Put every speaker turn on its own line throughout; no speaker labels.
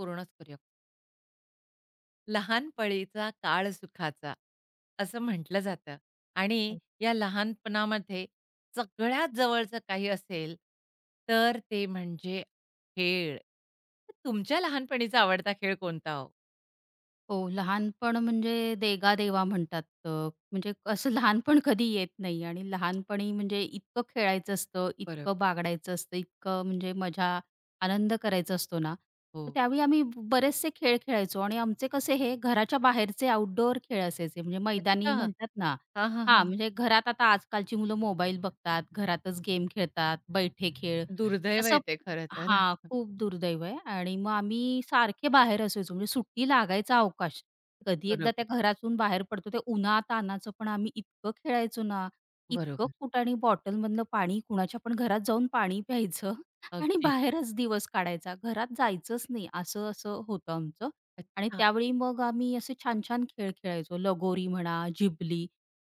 पूर्णच करूया. लहानपणीचा काळ सुखाचा, असं म्हटलं जातं आणि या लहानपणामध्ये सगळ्यात जवळचं काही असेल, तर ते म्हणजे खेळ. तर तुमच्या लहानपणीचा आवडता खेळ कोणता हो?
हो, लहानपण म्हणजे देगा-देवा म्हणतात. म्हणजे असं लहानपण कधी येत नाही आणि लहानपणी म्हणजे इतकं खेळायचं असतं,
बरं.
इतकं बागडायचं असतं, इतकं म्हणजे मजा, आनंद करायचा असतो ना, तर
हो.
त्यावेळी आम्ही बरेचसे खेळ खेळायचो आणि आमचे कसे हे घराच्या बाहेरचे आउटडोअर खेळ असायचे. म्हणजे मैदानी
अच्छा.
म्हणतात ना.
हां, हां, हां.
हां, म्हणजे घरात आता आजकालची मुलं मोबाईल बघतात, घरातच गेम खेळतात, बैठे खेळ
दुर्दैव आहे
तसं.
ते खरं तर.
हां, खूप दुर्दैव आहे आणि मग आम्ही सारखे बाहेर असायचो म्हणजे सुट्टी लागायचा अवकाश. कधी एकदा
बरोबर,
त्या घरातून बाहेर पडतो ते उन्हातान्हाचं पण आम्ही इतकं खेळायचो ना, इतकं
बरोबर.
कुटाणी बॉटलमधलं पाणी कुणाच्या पण घरात जाऊन पाणी प्यायचं आणि
अगदी.
बाहेरच दिवस काढायचा. घरात जायचंच नाही असं, असं होतं आमचं. आणि
अच्छा.
त्यावेळी मग आम्ही असे छान-छान खेळ खेळायचो. लगोरी म्हणा, जिबली.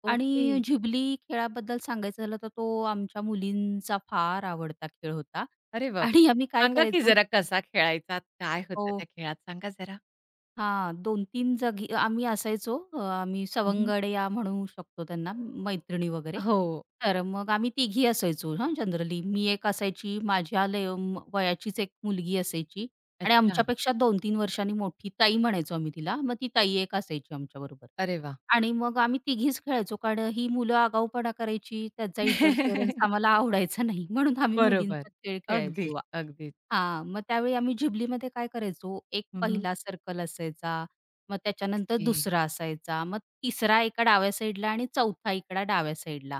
ओके.
आणि झिबली खेळाबद्दल सांगायचं झालं तर तो आमच्या मुलींचा फार आवडता खेळ होता
अरे बापरे!
आणि आम्ही काय
सांगा की
करायचो
जरा कसा खेळायचा? काय होतं
हो.
त्या खेळात? सांगा जरा.
हां, 2 तीन जागी आम्ही असायचो. आम्ही
हं,
सवंगड या म्हणू शकतो त्यांना, मैत्रिणी वगैरे.
हो.
तर मग आम्ही तिघी असायचो हां, जनरली. मी एक असायची, माझ्या ले म वयाचीच एक मुलगी असायची आणि
अच्छा.
आमच्यापेक्षा 2 तीन वर्षांनी मोठी ताई म्हणायचो आम्ही तिला. मग ती ताई एक असायची आमच्याबरोबर.
अरे वाह!
आणि मग आम्ही तिघीच खेळायचो कारण ही मुलं आगाऊपणा करायची, त्यांचा इंटरफिअरन्स आम्हाला आवडायचा नाही म्हणून आम्ही
बरोबर.
मुलींचा खेळ
अगदीच,
खेळायचो.
अगदीच.
हां, मग त्यावेळी आम्ही झिबलीमध्ये काय करायचो, एक
हं, हं.
पहिला सर्कल असायचा, मग त्याच्यानंतर
ओके,
दुसरा असायचा, मग तिसरा एका डाव्या साईडला आणि चौथा इकडा डाव्या साईडला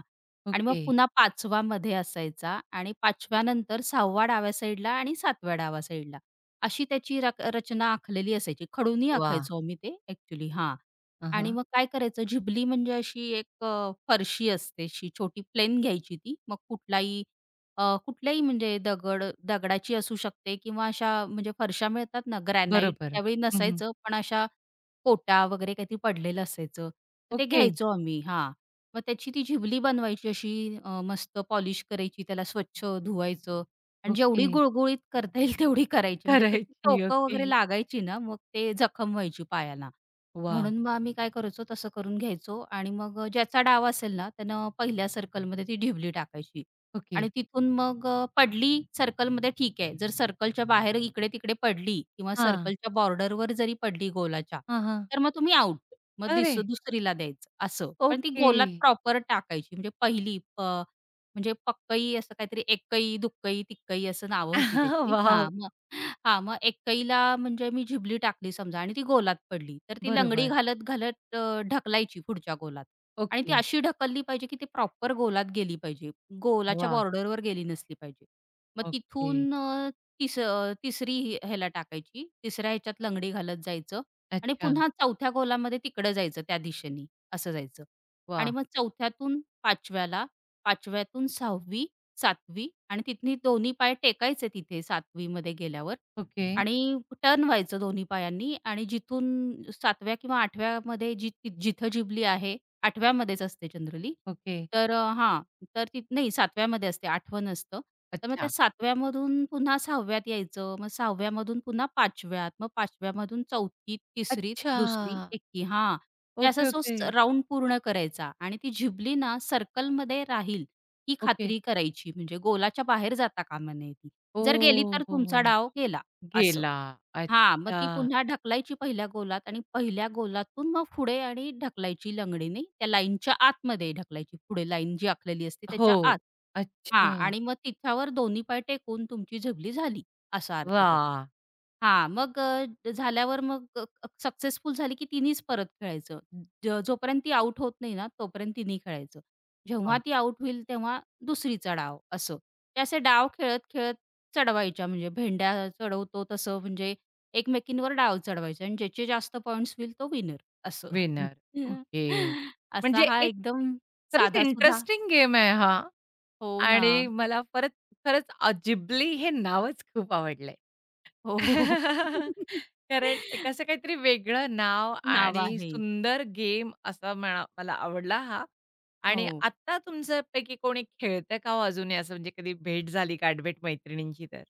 आणि मग
ओके.
पुन्हा 5वा मध्ये असायचा आणि 5व्या नंतर डाव्या साईडला आणि 7व्या डाव्या साईडला अशी त्याची रचना आखलेली असायची. खडूनी
वाह!
आखायचो आम्ही ते ॲक्चुअली हां. आणि
हां,
मग काय करायचं झिबली म्हणजे अशी एक फरशी असते, अशी छोटी प्लेन घ्यायची ती. मग कुठलाही कुठल्याही म्हणजे दगडाची असू शकते किंवा अशा म्हणजे फरशा मिळतात ना ग्रॅनाइट
बरोबर.
त्यावेळी
हं,
नसायचं पण अशा कोटा वगैरे काहीतरी पडलेलं असायचं तर ते
ओके,
घ्यायचो आम्ही हां. मग त्याची ती झिबली बनवायची अशी मस्त पॉलिश करायची त्याला स्वच्छ धुवायचं आणि जेवढी
ओके.
गुळगुळीत करता येईल तेवढी करायची म्हणजे त्याची
करायची.
टोकं
ओके.
वगैरे लागायची ना मग ते जखम व्हायची पायाला.
वॉव!
म्हणून मग आम्ही काय करायचो तसं करून घ्यायचो आणि मग ज्याचा डाव असेल ना त्यानं पहिल्या सर्कलमध्ये ती ढिबली टाकायची.
ओके.
आणि तिथून मग पडली सर्कलमध्ये ठीक आहे. जर सर्कलच्या बाहेर इकडे-तिकडे पडली किंवा
हां.
सर्कलच्या बॉर्डरवर जरी पडली गोलाच्या,
हां, हां.
तर मग तुम्ही आउट. मग
अरे!
दिस दुसरीला द्यायचं असं. पण ती
ओके.
गोलात प्रॉपर टाकायची. म्हणजे पहिली प म्हणजे पक्कई असं काहीतरी एक्कई, दुक्कई, तिक्कई असं नावं होती त्याची. हां,
वॉव!
मग हां, मग एक्कईला म्हणजे मी झिबली टाकली समजा आणि ती गोलात पडली. तर ती लंगडी
बरोबर.
घालत-घालत ढकलायची पुढच्या गोलात. आणि ती
ओके.
अशी ढकलली पाहिजे, की ती प्रॉपर गोलात गेली पाहिजे. गोलाच्या
वाह!
बॉर्डरवर गेली नसली पाहिजे. मग
ओके.
तिथून तिसरी ह्याला टाकायची. तिसऱ्या ह्याच्यात लंगडी घालत जायचं आणि
अच्छा.
पुन्हा चौथ्या गोलामध्ये तिकडं जायचं त्या दिशेने असं जायचं. आणि
वाह!
मग चौथ्यातून 5व्याला, 5व्यातून 6वी, 7वी आणि तिथून दोन्ही पाय टेकायचे तिथे 7वी गेल्यावर
ओके,
आणि टर्न व्हायचं दोन्ही पायांनी आणि जिथून 7व्या किंवा 8व्यामध्ये जी जिथं जिबली आहे 8व्यामध्येच असते जनरली.
ओके.
तर अ, हां, तर ती नाही 7व्यामध्ये असते, 8वं नसतं. तर मग
अच्छा.
त्या 7व्यामधून पुन्हा 6व्यात यायचं, मग 6व्यामधून पुन्हा 5व्यात, मग 5व्यामधून 4थीत, 3रीत, 2री,
अच्छा!
1 हां. तर असा
ओके,
तो
ओके.
पूर्ण करायचा आणि ती झिबली ना सर्कलमध्ये राहील ही
ओके.
खात्री करायची. म्हणजे गोलाच्या बाहेर जाता कामा नये ती. जर गेली
ओह!
तर
हो, हो.
तुमचा डाव गेला, असं.
गेला.
हां, मग
अच्छा.
ती पुन्हा ढकलायची पहिल्या गोलात आणि पहिल्या गोलातून मग पुढे आणि ढकलायची लंगडीने त्या लाईनच्या आतमध्ये ढकलायची. पुढे लाईन जी आखलेली असते त्याच्या
हो.
आत. हां
अच्छा.
आणि मग तिच्यावर दोन्ही पाय टेकून तुमची झबली झाली असा अर्थ त्याचा.
वाह!
हां, मग झाल्यावर मग सक्सेसफुल झाली की तिनीच परत खेळायचं. जोपर्यंत ती आउट होत नाही ना, तोपर्यंत तिनी खेळायचं. जेव्हा
वाह!
ती आउट होईल तेव्हा दुसरीचा डाव असं. ते असे डाव खेळत-खेळत चढवायच्या म्हणजे भेंड्या चढवतो तसं म्हणजे एकमेकींवर डाव चढवायचे आणि ज्याचे जास्त पॉइंट्स होईल तो विनर असं.
विनर. ओके.
असा
म्हणजे
हा
एक
एकदम
खरंच
साधा सुधा,
इंटरेस्टिंग गेम आहे हा
हो ना.
आणि मला परत खरंच जिबली हे नावच खूप आवडलंय.
हो.
कारण एक असं काहीतरी वेगळं नाव
नाव
आणि
आहे.
सुंदर गेम असा म्हणा मला आवडला हा आणि
हो.
आत्ता तुमच्यापैकी कोणी खेळतं का हो अजूनही असं म्हणजे कधी भेट झाली का गाठभेट मैत्रिणींची तर?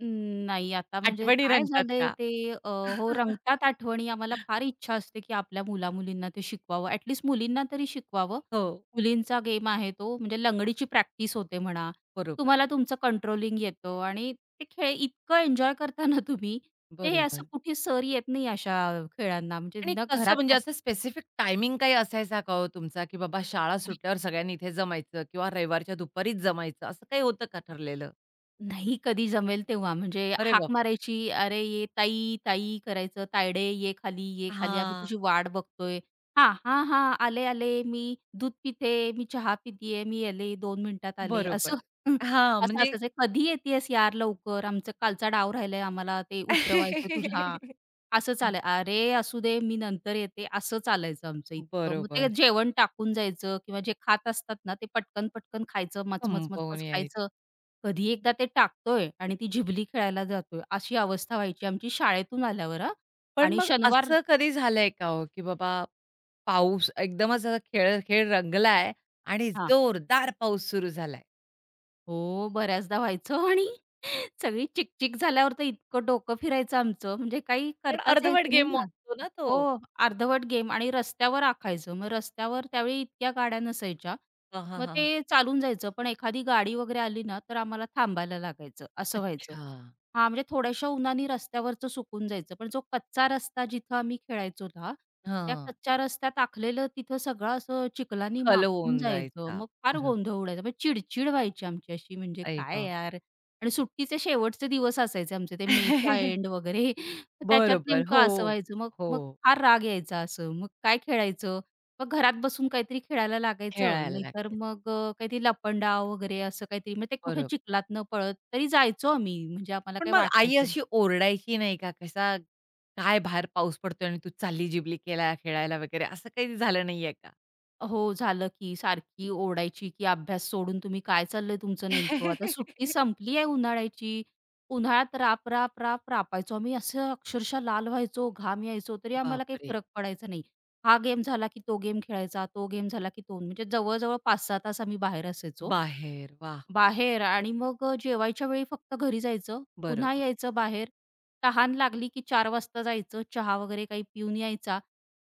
अं, नाही आता म्हणजे
आठवणी
काय
रंगतात
झालंय
का?
ते. हो, रंगतात आठवणी. आम्हाला फार इच्छा असते, की आपल्या मुला-मुलींना ते शिकवावं. ॲटलीस्ट मुलींना तरी शिकवावं.
हो.
मुलींचा गेम आहे तो. म्हणजे लंगडीची प्रॅक्टिस होते म्हणा.
बरोबर.
तुम्हाला तुमचं कंट्रोलिंग येतं आणि ते खेळ इतकं एन्जॉय करता ना तुम्ही, ते असं
बरोबर.
कुठे सर येत नाही अशा खेळांना. म्हणजे
आणि
ना
कसं म्हणजे
घरातल्या.
असं स्पेसिफिक टायमिंग काही असायचा का हो तुमचा, की बाबा शाळा सुटल्यावर सगळ्यांनी इथे जमायचं किंवा रविवारच्या दुपारीच जमायचं असं काही होतं का ठरलेलं?
नाही कधी जमेल तेव्हा. म्हणजे
अरे
हाक
बाप!
मारायची, "अरे ये ताई, ताई" करायचं, "तायडे ये खाली, ये खाली, आम्ही
हां,
तुझी वाट बघतोय." "हां, हां, हां, आले, आले, मी दूध पिते, मी चहा पितीये, मी आले, दोन मिनिटात आले."
बरोबर.
असं.
हां,
असं
म्हणजे
असायचं, "कधी येतेयस यार लवकर? आमचा कालचा डाव राहिलाय, आम्हाला ते उतरवायचं तुझ्या." असं चालाय "अरे असू दे, मी नंतर येते." असं चालायचं आमचं इतकं. मग
बरोबर.
ते जेवण टाकून जायचं किंवा जे खात असतात ना, ते पटकन, पटकन खायचं, मच, मच,
संपवून यायचं.
खायचं. कधी एकदा ते टाकतोय आणि ती झिबली खेळायला जातोय, अशी अवस्था व्हायची आमची शाळेतून आल्यावर हां.
पण
आणि
मग
शनिवार
असं कधी झालंय का हो, की बाबा पाऊस एकदमच असा खेळ खेळ रंगलाय आणि
हां.
जोरदार पाऊस सुरू झालाय?
हो, बऱ्याचदा व्हायचं आणि सगळी चिकचिक झाल्यावर तर इतकं डोकं फिरायचं आमचं, म्हणजे काही
कारण
करताच
अर्धवट
यायचं नाही
गेम
ना.
असतो ना
हो,
तो.
अर्धवट गेम आणि रस्त्यावर आखायचं. मग रस्त्यावर त्यावेळी इतक्या गाड्या नसायच्या.
हां, हां,
मग
हां.
ते चालून जायचं. पण एखादी गाडी वगैरे आली ना, तर आम्हाला थांबायला लागायचं, असं व्हायचं.
अच्छा.
हां, म्हणजे थोड्याशा उन्हाने रस्त्यावरचं सुकून जायचं. पण जो कच्चा रस्ता जिथं आम्ही खेळायचो ना, त्या
हां.
कच्च्या रस्त्यात आखलेलं तिथं सगळं असं चिखलानी
खल
माखून
होऊन
जायचं.
जायचा.
मग फार
बरोबर.
गोंधळ उडायचा. मग चिडचिड व्हायची आमची अशी, म्हणजे
आई
काय
गं!
यार? आणि सुट्टीचे शेवटचे दिवस असायचे आमचे, ते मेचा एंड वगैरे. तर त्याच्यात
बरोबर.
नेमकं
हो,
असं व्हायचं. मग मग
हो.
फार राग यायचा असं. मग काय खेळायचं? मग घरात बसून काहीतरी खेळायला लागायचं,
खेळायला
नाहीतर
लागायचं.
मग काहीतरी लपंडाव वगैरे असं काहीतरी. मग ते कुठे
बरोबर.
चिखलात न पळत तरी जायचो आम्ही, म्हणजे आम्हाला
पण
काही
मग आई
वाटायचं नाही.
अशी ओरडायची नाही का? कसा काय बाहेर पाऊस पडतोय आणि तू चालली जिबली केला खेळायला वगैरे असं काही झालं नाहीये का?
हो, झालं की सारखी ओरडायची, की "अभ्यास सोडून तुम्ही काय चाललंय तुमचं नेमकं? आता सुट्टी संपली आहे उन्हाळ्याची." उन्हाळ्यात राप, राप, राप, रापायचो आम्ही. असं अक्षरशः लाल व्हायचो, घाम यायचो, तरी आम्हाला काही
बापरे!
फरक पडायचा नाही. हा गेम झाला की तो गेम खेळायचा, तो गेम झाला की तो म्हणजे जवळ-जवळ 5 तास आम्ही बाहेर असायचो.
बाहेर वाह!
बाहेर आणि मग जेवायच्या वेळी फक्त घरी जायचं, पुन्हा
बरोबर.
यायचं बाहेर. तहान लागली की 4 वाजता जायचं, चहा वगैरे काही पिऊन यायचा,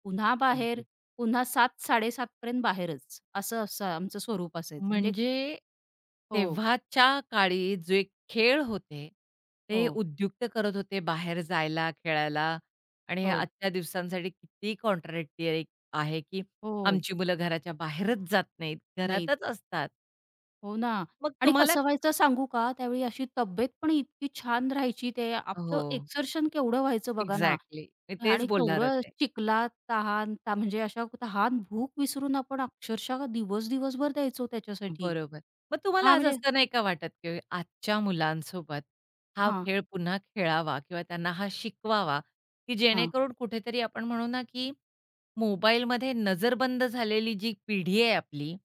पुन्हा बाहेर,
अगदी.
पुन्हा 7:00-7:30 पर्यंत बाहेरच. असं असं आमचं स्वरूप असायचं. म्हणजे
म्हणजे
हो,
तेव्हाच्या काळी जे खेळ होते,
हो,
ते उद्युक्त करत होते बाहेर जायला, खेळायला आणि
हो,
आजच्या दिवसांसाठी किती कॉन्ट्राडिक्टरी आहे, की
हो.
आमची मुलं घराच्या बाहेरच जात नाहीत,
नाही
घरातच असतात.
हो ना.
मग
आणि
तुम्हाला
कसं व्हायचं सांगू का? त्यावेळी अशी तब्येत पण इतकी छान राहायची. ते
हो,
आपलं एक्सर्शन केवढं व्हायचं बघा ना.
एक्झॅक्टली. मी तेच
आणि
बोलणार
केवढं
होते.
चिखलात, तहान ता म्हणजे अशा तहान, भूक विसरून आपण अक्षरशः दिवस, दिवसभर द्यायचो त्याच्यासाठी.
बरोबर. मग तुम्हाला
हां,
आज
म्हणजे
असं नाही का वाटत, की आजच्या मुलांसोबत हा
हां,
खेळ पुन्हा खेळावा किंवा त्यांना हा शिकवावा, की
हां.
जेणेकरून कुठेतरी आपण म्हणू ना, की मोबाईलमध्ये नजरबंद झालेली जी पिढी आहे आपली,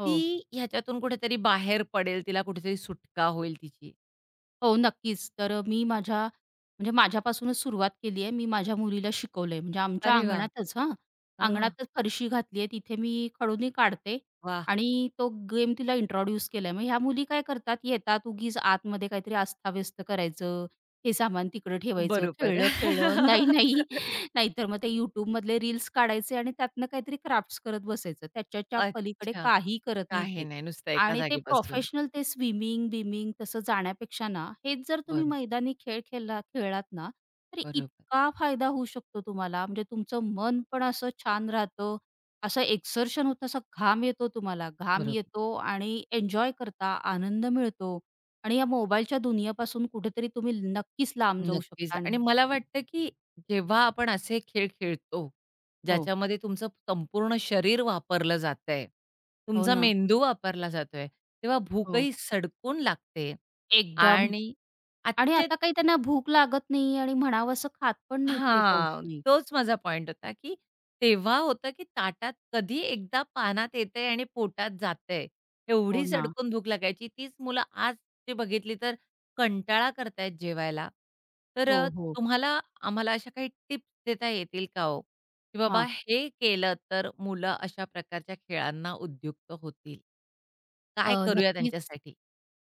हो.
ती ह्याच्यातून कुठेतरी बाहेर पडेल, तिला कुठेतरी सुटका होईल तिची.
हो, नक्कीच. तर मी माझ्या म्हणजे माझ्यापासूनच सुरुवात केली आहे. मी माझ्या मुलीला शिकवलंय. म्हणजे आमच्या
अरे वाह!
अंगणातच हां,
हां, हां.
अंगणातच फरशी घातली आहे. तिथे मी खडूनी काढते
वाह!
आणि तो गेम तिला इंट्रोड्यूस केलाय. मग ह्या मुली काय करतात, येतात उगीच आतमध्ये काहीतरी अस्ताव्यस्त करायचं, हे सामान तिकडं ठेवायचं,
बरोबर.
खेळलं-खेळलं, नाही, नाही. नाहीतर मग ते YouTubeमधले रील्स काढायचे आणि त्यातनं काहीतरी क्राफ्ट्स करत बसायचं. त्याच्याच्या पलीकडे
अच्छा.
काही करत नाहीत
काही
ते.
नाही. नुसतं एका
आणि ते
जागी बसून.
प्रोफेशनल ते स्विमिंग-बिमिंग तसं जाण्यापेक्षा ना, हेच जर तुम्ही
बरो
मैदानी खेळ खेळलात ना, तर
बरोबर,
इतका फायदा होऊ शकतो तुम्हाला. म्हणजे तुमचं मन पण असं छान राहतं. असं एक्सर्शन होतं, असा घाम येतो तुम्हाला. घाम
बरोबर.
येतो आणि एन्जॉय करता, आनंद मिळतो आणि या मोबाईलच्या दुनियापासून कुठेतरी तुम्ही नक्कीच लांब जाऊ
नक्कीच
शकता आणि
आणि मला वाटतं, की जेव्हा आपण असे खेळ खेळतो,
हो,
ज्याच्यामध्ये तुमचं संपूर्ण शरीर वापरलं जातंय,
हो
तुमचा
ना.
मेंदू वापरला जातोय, तेव्हा
हो,
भूकही सडकून लागते
एकदम.
आणि
आणि
आजचे
आता काही त्यांना भूक लागत नाही आणि म्हणावं असं खात पण नाहीत ते
हां,
पौष्टिक.
तोच माझा पॉइंट होता, की तेव्हा होतं, की ताटात कधी एकदा पानात येतंय आणि पोटात जातंय.
हो
एवढी
ना.
सडकून भूक लागायची. तीच मुलं आज ते बघितली तर कंटाळा करतायत जेवायला. तर
हो, हो.
तुम्हाला आम्हाला अशा काही टिप्स देता येतील का हो? की बाबा
हां.
हे केलं तर मुलं अशा प्रकारच्या खेळांना उद्युक्त होतील.
अ,
काय करूया
नक्कीच.
त्यांच्यासाठी?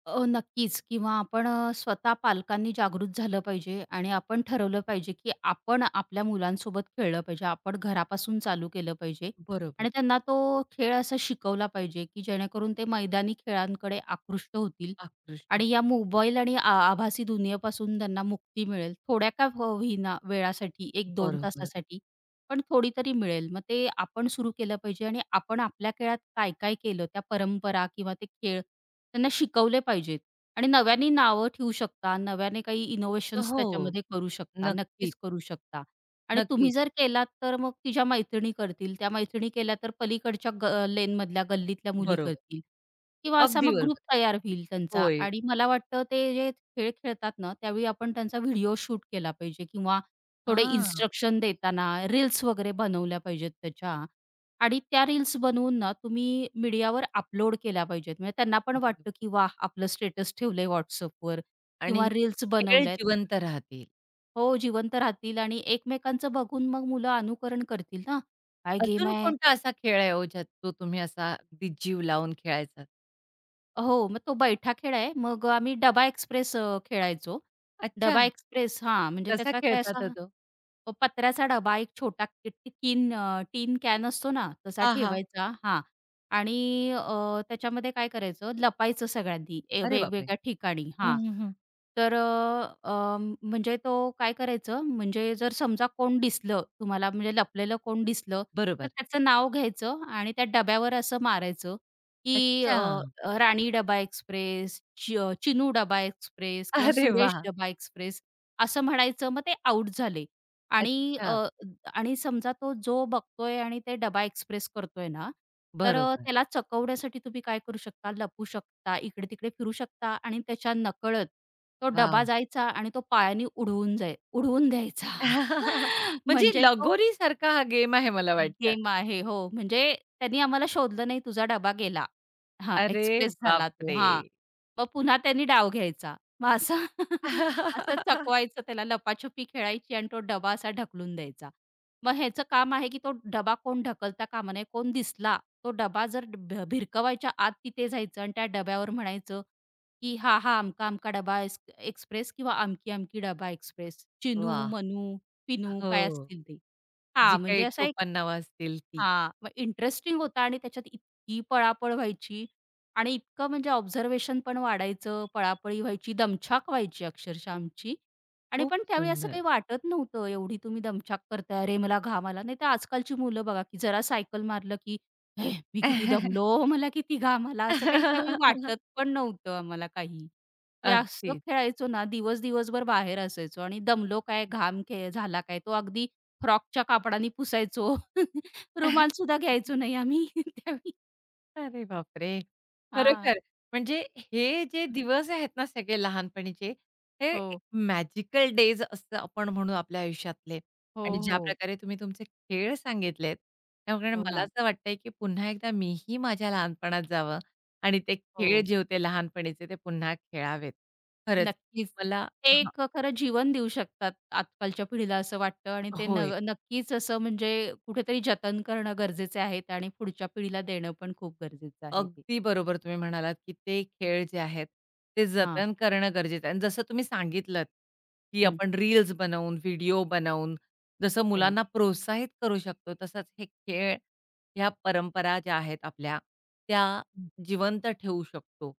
नक्कीच किंवा आपण स्वतः पालकांनी जागृत झालं पाहिजे आणि आपण ठरवलं पाहिजे, की आपण आपल्या मुलांसोबत खेळलं पाहिजे. आपण घरापासून चालू केलं पाहिजे
बरोबर.
आणि त्यांना तो खेळ असा शिकवला पाहिजे, की जेणेकरून ते मैदानी खेळांकडे आकृष्ट होतील
आकृष्ट
आणि या मोबाईल आणि आभासी दुनियेपासून त्यांना मुक्ती मिळेल. थोड्या का हो होईना वेळासाठी 1-2
बरोबर.
तासासाठी, पण थोडी तरी मिळेल. मग ते आपण सुरू केलं पाहिजे आणि आपण आपल्या खेळात काय-काय केलं, त्या परंपरा किंवा ते खेळ त्यांना शिकवले पाहिजेत आणि नव्याने नावं ठेवू शकता, नव्याने काही इनोव्हेशन्स
हो,
त्याच्यामध्ये करू शकता,
नक्कीच,
नक्कीच करू शकता. आणि तुम्ही
नक्कीच.
जर केलात तर मग तिच्या मैत्रिणी करतील, त्या मैत्रिणी केल्या तर पलीकडच्या लेनमधल्या गल्लीतल्या मुली
बरोबर.
करतील किंवा असा
अगदी
मग ग्रुप
बरोबर.
तयार होईल त्यांचा
होय.
आणि मला वाटतं ते जे खेळ खेळतात ना, त्यावेळी आपण त्यांचा व्हिडिओ शूट केला पाहिजे किंवा थोडे
हां,
इन्स्ट्रक्शन देताना रील्स वगैरे बनवल्या पाहिजेत त्याच्या आणि त्या रील्स बनवून ना तुम्ही मीडियावर अपलोड केल्या पाहिजेत. म्हणजे त्यांना पण
बरोबर
वाटतं, की वाह! आपलं स्टेटस ठेवलंय WhatsAppवर
आणि
किंवा रील्स
खेळ
बनवल्यात.
जिवंत राहतील.
हो, जिवंत राहतील आणि एकमेकांचं बघून मग मुलं अनुकरण करतील ना. काय गेम
अजून
आहे?
कोणता असा खेळ आहे हो, ज्यात तो तुम्ही असा अगदी जीव लावून खेळायचा?
हो, मग तो बैठा खेळ आहे. मग आम्ही डबा एक्सप्रेस खेळायचो.
अच्छा.
डबा एक्सप्रेस हां, म्हणजे
कसा
त्याचा काय असा
खेळतात हो तो?
पत्र्याचा डबा एक छोटा टीन टीन कॅन असतो ना, तसा
हां, हां.
ठेवायचा हां. आणि त्याच्यामध्ये काय करायचं लपायचं सगळ्यांनी
अरे बापरे!
वेगवेगळ्या ठिकाणी
हं,
हां.
हं, हं.
तर अ, अ, म्हणजे तो काय करायचं म्हणजे जर समजा कोण दिसलं तुम्हाला म्हणजे लपलेलं कोण दिसलं, तर
बरोबर.
त्याचं नाव घ्यायचं आणि त्या डब्यावर असं मारायचं, की अ,
अच्छा.
अ, राणी डबा एक्सप्रेस, चिनू डबा एक्सप्रेस किंवा
अरे
सुरेश
वाह!
डबा एक्सप्रेस असं म्हणायचं मग ते आउट झाले. आणि अ,
अच्छा.
आणि समजा तो जो बघतोय आणि ते डबा एक्सप्रेस करतोय ना, तर
बरोबर.
त्याला चकवण्यासाठी तुम्ही काय करू शकता, लपू शकता, इकडे-तिकडे फिरू शकता आणि त्याच्या नकळत तो डबा
वॉव!
जायचा आणि तो पायाने उडवून द्यायचा.
म्हणजे
म्हणजे तो
लगोरीसारखा हा गेम आहे मला वाटतं.
गेम आहे. हो, म्हणजे त्यांनी आम्हाला शोधलं नाही, तुझा डबा गेला. हां,
अरे
एक्सप्रेस झाला तो.
बापरे!
हां, मग पुन्हा त्यांनी डाव घ्यायचा. मग असं असं चकवायचं त्याला, लपाछुपी खेळायची आणि तो डबा असा ढकलून द्यायचा. मग ह्याचं काम आहे, की तो डबा कोण ढकलता कामा नये. कोण दिसला, तो डबा जर भिरकवायच्या आत तिथे जायचं आणि त्या डब्यावर म्हणायचं, की "हा, हा, अमका-अमका डबा एक्सप्रेस किंवा अमकी-अमकी डबा एक्सप्रेस. चिनू,
वाह!
मनू, पिनू" काय
हो.
असतील ते.
जी
हां, म्हणजे
काही
असा
टोपणनावं असतील ती.
हां, मग इंटरेस्टिंग होता आणि त्याच्यात इतकी पळापळ व्हायची आणि इतकं म्हणजे ऑब्झर्वेशन पण वाढायचं, पळापळी व्हायची, दमछाक व्हायची अक्षरशः आमची आणि
खूप
पण त्यावेळी असं
सुंदर.
काही वाटत नव्हतं, एवढी तुम्ही दमछाक करताय, अरे मला घाम आला. नाहीतर आजकालची मुलं बघा, की जरा सायकल मारलं, की "हे, मी किती दमलो, मला किती घाम आला." असं काही त्यावेळी वाटत पण नव्हतं आम्हाला काही. म्हणजे असं
अगदीच.
खेळायचो ना, दिवस दिवसभर बाहेर असायचो आणि दमलो काय, घाम झाला काय, तो अगदी फ्रॉकच्या कापडाने पुसायचो. रुमालसुद्धा घ्यायचो नाही आम्ही त्यावेळी.
अरे बापरे!
हां.
खरोखर म्हणजे हे जे दिवस आहेत ना सगळे लहानपणीचे, हे एक
हो.
मॅजिकल डेज असं आपण म्हणू आपल्या आयुष्यातले
हो,
आणि
हो.
ज्याप्रकारे तुम्ही तुमचे खेळ सांगितलेत, त्यामुळे
हो
मला
ना.
असं वाटतंय की पुन्हा एकदा मीही माझ्या लहानपणात जावं आणि ते खेळ
हो.
जे होते लहानपणीचे ते पुन्हा खेळावेत. खरंच
नक्कीच.
मला
ते
हां.
एक खरं जीवन देऊ शकतात आजकालच्या पिढीला असं वाटतं आणि ते
होय.
नक्कीच असं म्हणजे कुठेतरी जतन करणं गरजेचे आहेत आणि पुढच्या पिढीला देणं पण खूप गरजेचं आहे ते.
अगदी बरोबर तुम्ही म्हणालात, की ते खेळ जे आहेत, ते
हां.
जतन करणं गरजेचं आहे. आणि जसं तुम्ही सांगितलंत, की
हं.
आपण रील्स बनवून, व्हिडिओ बनवून जसं
हो.
मुलांना प्रोत्साहित करू शकतो, तसंच हे खेळ, ह्या परंपरा ज्या आहेत आपल्या, त्या
हं.
जिवंत ठेवू शकतो.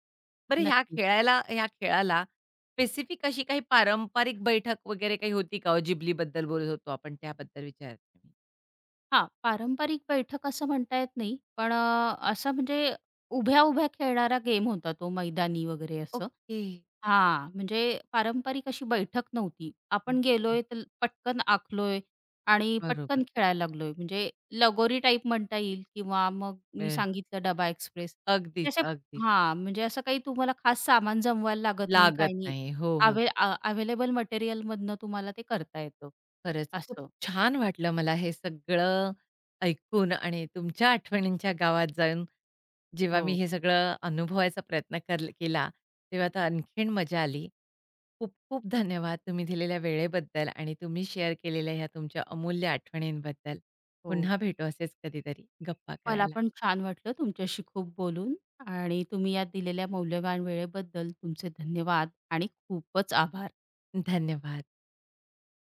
बरं
नक्कीच.
ह्या खेळाला स्पेसिफिक अशी काही पारंपरिक बैठक वगैरे काही होती का हो? जिबलीबद्दल बोलत होतो आपण, त्याबद्दल विचारते मी.
हां, पारंपरिक बैठक असं म्हणता येत नाही. पण असं म्हणजे उभ्या-उभ्या खेळणारा गेम होता तो मैदानी वगैरे असं.
ओके.
हां, म्हणजे पारंपरिक अशी बैठक नव्हती. आपण
हं,
गेलोय तर पटकन आखलोय आणि पटकन
बरोबर.
खेळायला लागलोय. म्हणजे लगोरी टाईप म्हणता येईल किंवा मग मी
वेळ
सांगितलं डबा एक्सप्रेस. ते
अगदीच,
असे
अगदीच.
हां, म्हणजे असं काही तुम्हाला खास सामान जमवायला लागत नाही,
लागत
काही नाही.
नाही. हो, हो.
अवेलेबल मटेरियलमधनं तुम्हाला ते करता येतं.
खरंच खूप
असं.
छान वाटलं मला हे सगळं ऐकून आणि तुमच्या आठवणींच्या गावात जाऊन जेव्हा मी
हो,
हे सगळं अनुभवायचा प्रयत्न केला, तेव्हा तर आणखीन मजा आली. खूप-खूप धन्यवाद तुम्ही दिलेल्या वेळेबद्दल आणि तुम्ही शेअर केलेल्या ह्या तुमच्या अमूल्य आठवणींबद्दल.
हो.
पुन्हा भेटू असेच कधीतरी गप्पा
मला
करायला.
पण छान वाटलं तुमच्याशी खूप बोलून आणि तुम्ही या दिलेल्या मौल्यवान वेळेबद्दल तुमचे धन्यवाद आणि खूपच आभार.
धन्यवाद.